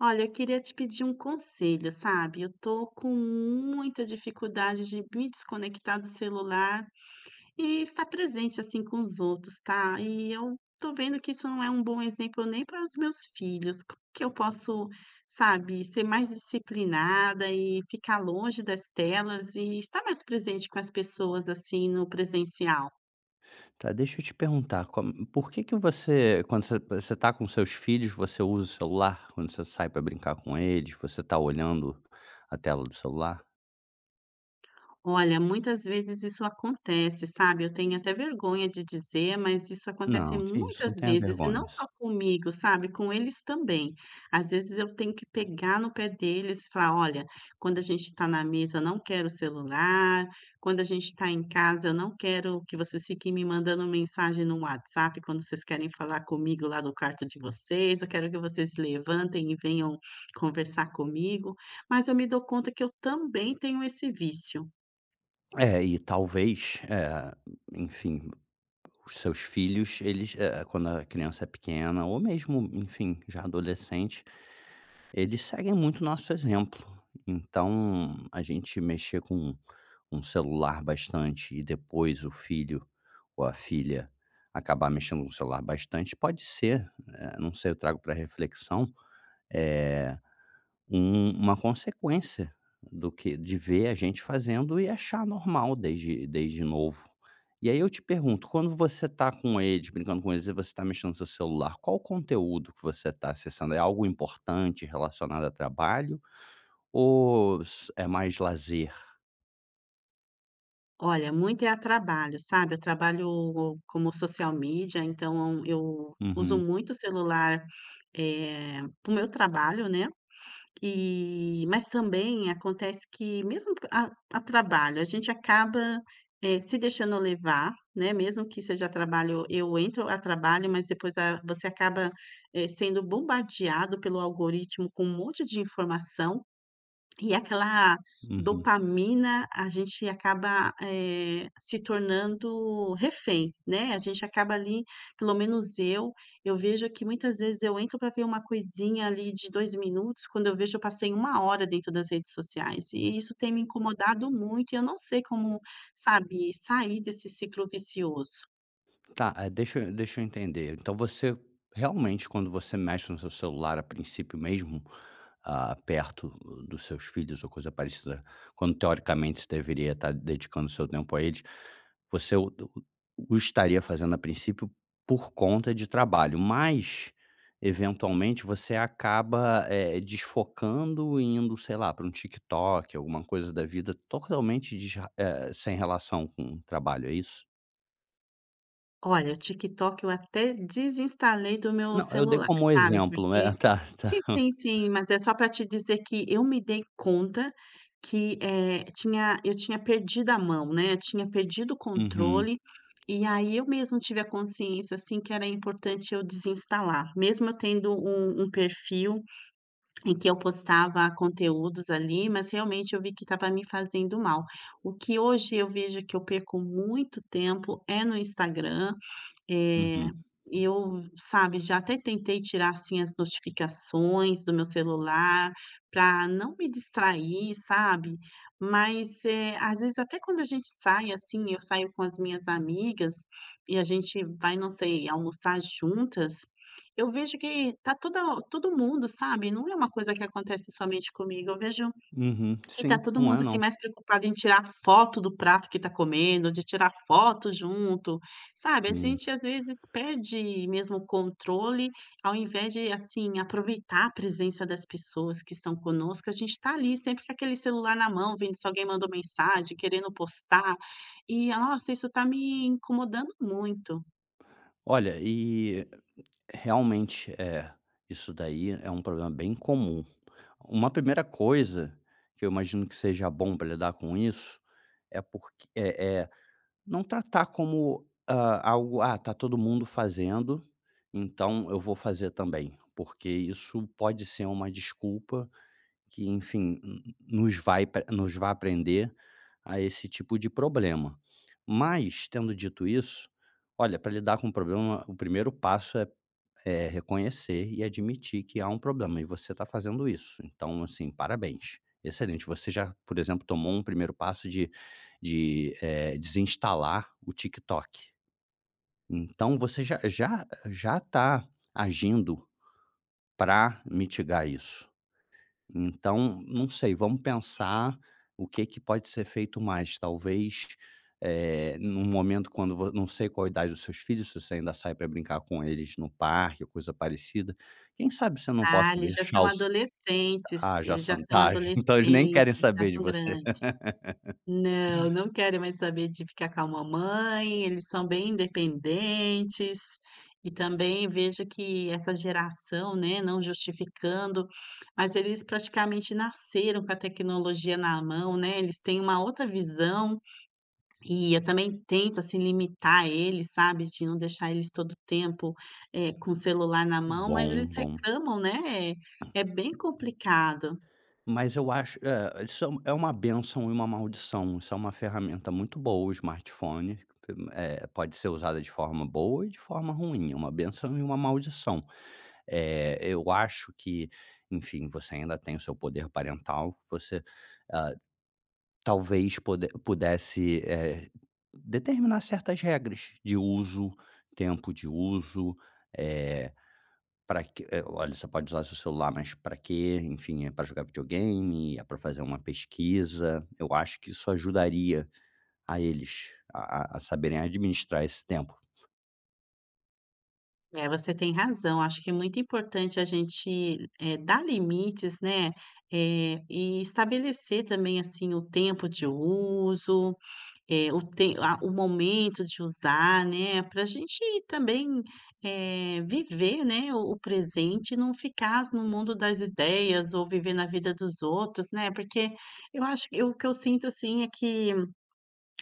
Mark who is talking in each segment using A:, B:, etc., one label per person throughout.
A: Olha, eu queria te pedir um conselho, sabe? Eu tô com muita dificuldade de me desconectar do celular e estar presente assim com os outros, tá? E eu tô vendo que isso não é um bom exemplo nem para os meus filhos. Como que eu posso, sabe, ser mais disciplinada e ficar longe das telas e estar mais presente com as pessoas assim no presencial?
B: Tá, deixa eu te perguntar, como por que que você, quando você tá com seus filhos, você usa o celular? Quando você sai pra brincar com eles, você tá olhando a tela do celular?
A: Olha, muitas vezes isso acontece, sabe, eu tenho até vergonha de dizer, mas isso
B: Não,
A: acontece
B: que isso, não
A: muitas
B: tenha
A: vezes e não
B: vergonha.
A: só comigo, sabe, com eles também. Às vezes eu tenho que pegar no pé deles e falar: "Olha, quando a gente está na mesa, eu não quero celular, quando a gente está em casa, eu não quero que vocês fiquem me mandando mensagem no WhatsApp quando vocês querem falar comigo lá no quarto de vocês, eu quero que vocês levantem e venham conversar comigo", mas eu me dou conta que eu também tenho esse vício.
B: É, e talvez, enfim, os seus filhos, eles, quando a criança é pequena ou mesmo, enfim, já adolescente, eles seguem muito nosso exemplo. Então, a gente mexer com um celular bastante e depois o filho ou a filha acabar mexendo com o celular bastante, pode ser, não sei, eu trago para reflexão, eh uma consequência do que de ver a gente fazendo e achar normal desde novo. E aí eu te pergunto, quando você tá com eles, brincando com eles e você tá mexendo no seu celular, qual o conteúdo que você tá acessando? É algo importante relacionado a trabalho ou s é mais lazer?
A: Olha, muito é a trabalho, sabe. Eu trabalho como social media, então eu uso
B: Uhum,
A: muito o celular, para o meu trabalho, né. E mas também acontece que mesmo a trabalho, a gente acaba, se deixando levar, né, mesmo que seja trabalho eu entro a trabalho, mas depois a você acaba, sendo bombardeado pelo algoritmo com um monte de informação, e aquela
B: uhum.
A: dopamina, a gente acaba, se tornando refém, né, a gente acaba ali pelo menos eu vejo que muitas vezes eu entro para ver uma coisinha ali de 2 minutos, quando eu vejo eu passei uma hora dentro das redes sociais, e isso tem me incomodado muito e eu não sei como, sabe, sair desse ciclo vicioso.
B: Tá, deixa eu entender. Então você realmente, quando você mexe no seu celular, a princípio mesmo, ah, perto dos seus filhos ou coisa parecida, quando teoricamente você deveria estar dedicando seu tempo a eles, você o estaria fazendo a princípio por conta de trabalho, mas eventualmente você acaba, desfocando e indo, sei lá, para um TikTok, alguma coisa da vida totalmente sem relação com o trabalho, é isso?
A: Olha, o TikTok eu até desinstalei do meu
B: Não, eu dei
A: celular,
B: como
A: sabe,
B: exemplo, é,
A: porque
B: tá, tá.
A: sim, sim, sim, mas é só para te dizer que eu me dei conta que, tinha eu tinha perdido a mão, né. Eu tinha perdido o
B: Uhum,
A: controle, e aí eu mesmo tive a consciência, assim, que era importante eu desinstalar, mesmo eu tendo um perfil em que eu postava conteúdos ali, mas realmente eu vi que estava me fazendo mal. O que hoje eu vejo que eu perco muito tempo é no Instagram, é,
B: uhum,
A: eu, sabe, já até tentei tirar, assim, as notificações do meu celular para não me distrair, sabe. Mas, às vezes até quando a gente sai, assim, eu saio com as minhas amigas e a gente vai, não sei, almoçar juntas, eu vejo que tá toda todo mundo, sabe, não é uma coisa que acontece somente comigo, eu vejo
B: uhum.
A: que tá
B: Sim,
A: todo
B: não é
A: mundo, assim,
B: não.
A: mais preocupado em tirar foto do prato que tá comendo, de tirar foto junto, sabe, a
B: Sim.
A: gente às vezes perde mesmo o controle, ao invés de, assim, aproveitar a presença das pessoas que estão conosco, a gente tá ali sempre com aquele celular na mão, vendo se alguém mandou mensagem, querendo postar, e nossa, isso tá me incomodando muito.
B: Olha, e realmente, é, isso daí é um problema bem comum. Uma primeira coisa que eu imagino que seja bom para lidar com isso, é porque não tratar como, hã, algo: "Ah, tá todo mundo fazendo, então eu vou fazer também", porque isso pode ser uma desculpa que, enfim, n nos vai pre nos vai aprender a esse tipo de problema. Mas, tendo dito isso, olha, para lidar com o problema, o primeiro passo é reconhecer e admitir que há um problema, e você está fazendo isso. Então, assim, parabéns, excelente. Você já, por exemplo, tomou um primeiro passo de desinstalar o TikTok. Então você já está agindo para mitigar isso. Então, não sei, vamos pensar o que que pode ser feito mais. Talvez, num momento quando vo não sei qual a idade dos seus filhos, se você ainda sai para brincar com eles no parque ou coisa parecida, quem sabe você não possa
A: Ah, eles já
B: deixar
A: são
B: os
A: adolescentes,
B: ah, já
A: eles já
B: são
A: são
B: tá, então eles nem querem
A: adolescentes, já
B: saber de
A: são
B: você.
A: grandes. Não, não querem mais saber de ficar com a mamãe, eles são bem independentes. E também vejo que essa geração, né, não justificando, mas eles praticamente nasceram com a tecnologia na mão, né? Eles têm uma outra visão e eu também tento, assim, limitar eles, sabe? De não deixar eles todo tempo, com o celular na mão, mas
B: Bom,
A: eles
B: bom.
A: reclamam, né? É é bem complicado.
B: Mas eu acho é, isso é é uma benção e uma maldição, isso é uma ferramenta muito boa, o smartphone, pode ser usada de forma boa e de forma ruim, é uma benção e uma maldição. Eu acho que, enfim, você ainda tem o seu poder parental, você, ah, talvez pode pudesse, determinar certas regras de uso, tempo de uso, para que olha, você pode usar seu celular, mas para quê? Enfim, é pra jogar videogame, é pra fazer uma pesquisa. Eu acho que isso ajudaria a eles a saberem administrar esse tempo.
A: É, você tem razão. Acho que é muito importante a gente, dar limites, né, e estabelecer também, assim, o tempo de uso, eh, o tem a o momento de usar, né, para a gente também, viver, né, o presente e não ficar no mundo das ideias ou viver na vida dos outros, né, porque eu acho eu o que eu sinto, assim, é que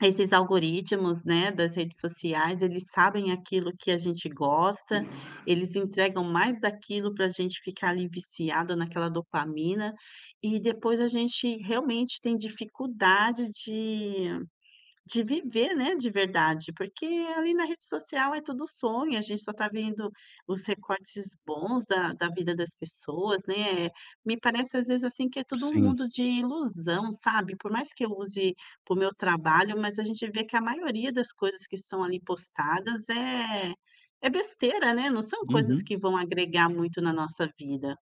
A: esses algoritmos, né, das redes sociais, eles sabem aquilo que a gente gosta, eles entregam mais daquilo para a gente ficar ali viciado naquela dopamina, e depois a gente realmente tem dificuldade de viver, né, de verdade, porque ali na rede social é tudo sonho, a gente só tá vendo os recortes bons da vida das pessoas, né. Me parece às vezes, assim, que é tudo um
B: Sim.
A: mundo de ilusão, sabe. Por mais que eu use para o meu trabalho, mas a gente vê que a maioria das coisas que são ali postadas é é besteira, né, não são coisas
B: Uhum.
A: que vão agregar muito na nossa vida.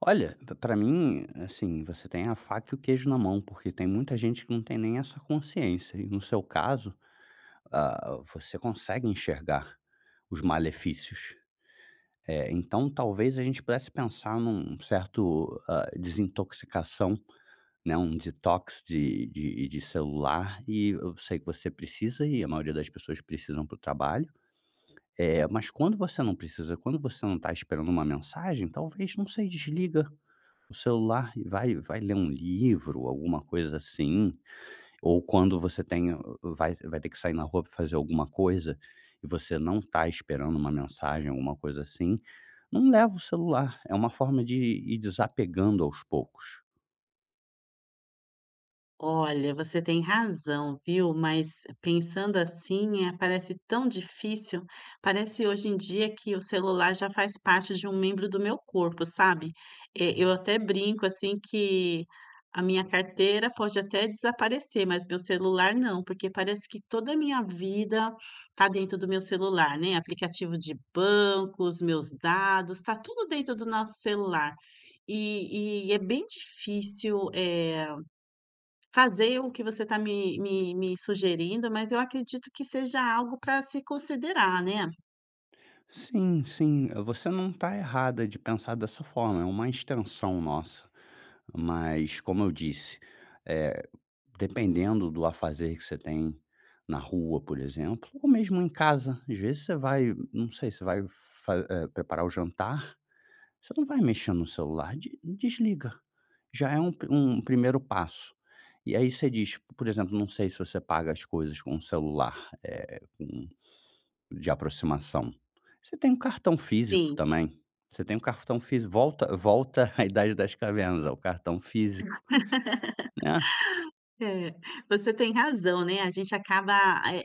B: Olha, p pra mim, assim, você tem a faca e o queijo na mão, porque tem muita gente que não tem nem essa consciência, e no seu caso, ah, você consegue enxergar os malefícios. Então talvez a gente pudesse pensar num certo, ah, desintoxicação, né, um detox de celular e eu sei que você precisa e a maioria das pessoas precisam para o trabalho. É, mas quando você não precisa, quando você não está esperando uma mensagem, talvez, não sei, desliga o celular e vai ler um livro, alguma coisa assim, ou quando você tem vai ter que sair na rua para fazer alguma coisa, e você não está esperando uma mensagem, alguma coisa assim, não leva o celular, é uma forma de ir desapegando aos poucos.
A: Olha, você tem razão, viu? Mas pensando assim, parece tão difícil. Parece hoje em dia que o celular já faz parte de um membro do meu corpo, sabe? Eu até brinco assim que a minha carteira pode até desaparecer, mas meu celular não, porque parece que toda a minha vida tá dentro do meu celular, né? Aplicativo de bancos, meus dados, tá tudo dentro do nosso celular. E é bem difícil. Fazer o que você está me sugerindo, mas eu acredito que seja algo para se considerar, né.
B: Sim, sim, você não está errada de pensar dessa forma, é uma extensão nossa. Mas, como eu disse, eh, dependendo do afazer que você tem na rua, por exemplo, ou mesmo em casa, às vezes você vai, não sei, você vai preparar o jantar, você não vai mexer no celular, de desliga. Já é um pri um primeiro passo. E aí você diz, por exemplo, não sei se você paga as coisas com o celular, de aproximação. Você tem um cartão físico
A: Sim,
B: também. Você tem um cartão físico, volta à idade das cavernas, ao cartão físico, né.
A: é, você tem razão, né, a gente acaba,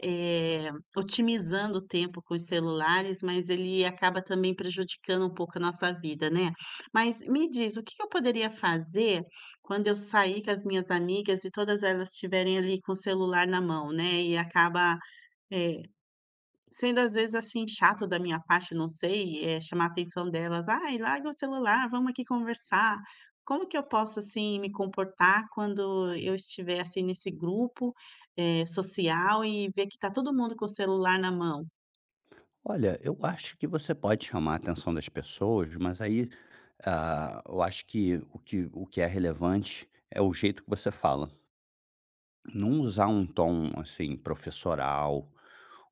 A: otimizando o tempo com os celulares, mas ele acaba também prejudicando um pouco a nossa vida, né. Mas me diz, o que que eu poderia fazer quando eu sair com as minhas amigas e todas elas estiverem ali com o celular na mão, né, e acaba, eh sendo às vezes, assim, chato da minha parte, não sei, chamar a atenção delas: "Ai, larga o celular, vamos aqui conversar". Como que eu posso, assim, me comportar quando eu estiver, assim, nesse grupo, social e ver que tá todo mundo com o celular na mão?
B: Olha, eu acho que você pode chamar a atenção das pessoas, mas aí, ah, eu acho que o que é relevante é o jeito que você fala. Não usar um tom, assim, professoral,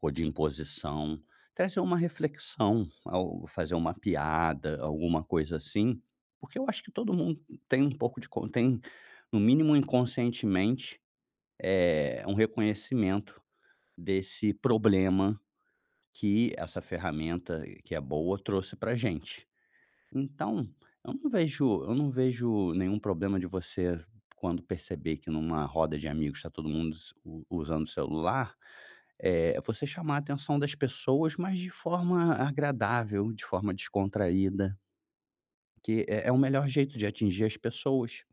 B: ou de imposição. Trazer uma reflexão, ao fazer uma piada, alguma coisa assim, porque eu acho que todo mundo tem um pouco de con tem, no mínimo inconscientemente, um reconhecimento desse problema que essa ferramenta, que é boa, trouxe pra gente. Então, eu não vejo nenhum problema de você, quando perceber que numa roda de amigos está todo mundo s u usando o celular, é você chamar a atenção das pessoas, mas de forma agradável, de forma descontraída, que é o melhor jeito de atingir as pessoas.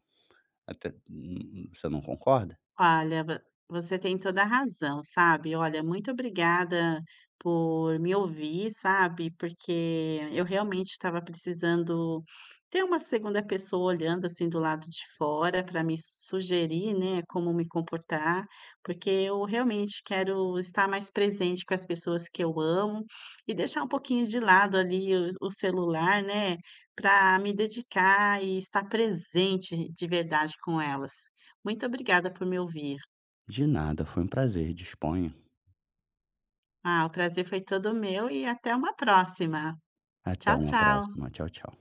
B: Até você não concorda?
A: Olha, vo você tem toda a razão, sabe. Olha, muito obrigada por me ouvir, sabe, porque eu realmente estava precisando ter uma segunda pessoa olhando, assim, do lado de fora para me sugerir, né, como me comportar, porque eu realmente quero estar mais presente com as pessoas que eu amo e deixar um pouquinho de lado ali o celular, né, para me dedicar e estar presente de verdade com elas. Muito obrigada por me ouvir.
B: De nada, foi um prazer, disponha.
A: Ah, o prazer foi todo meu e até uma próxima.
B: Até
A: Tchau,
B: uma
A: tchau.
B: próxima. Tchau, tchau.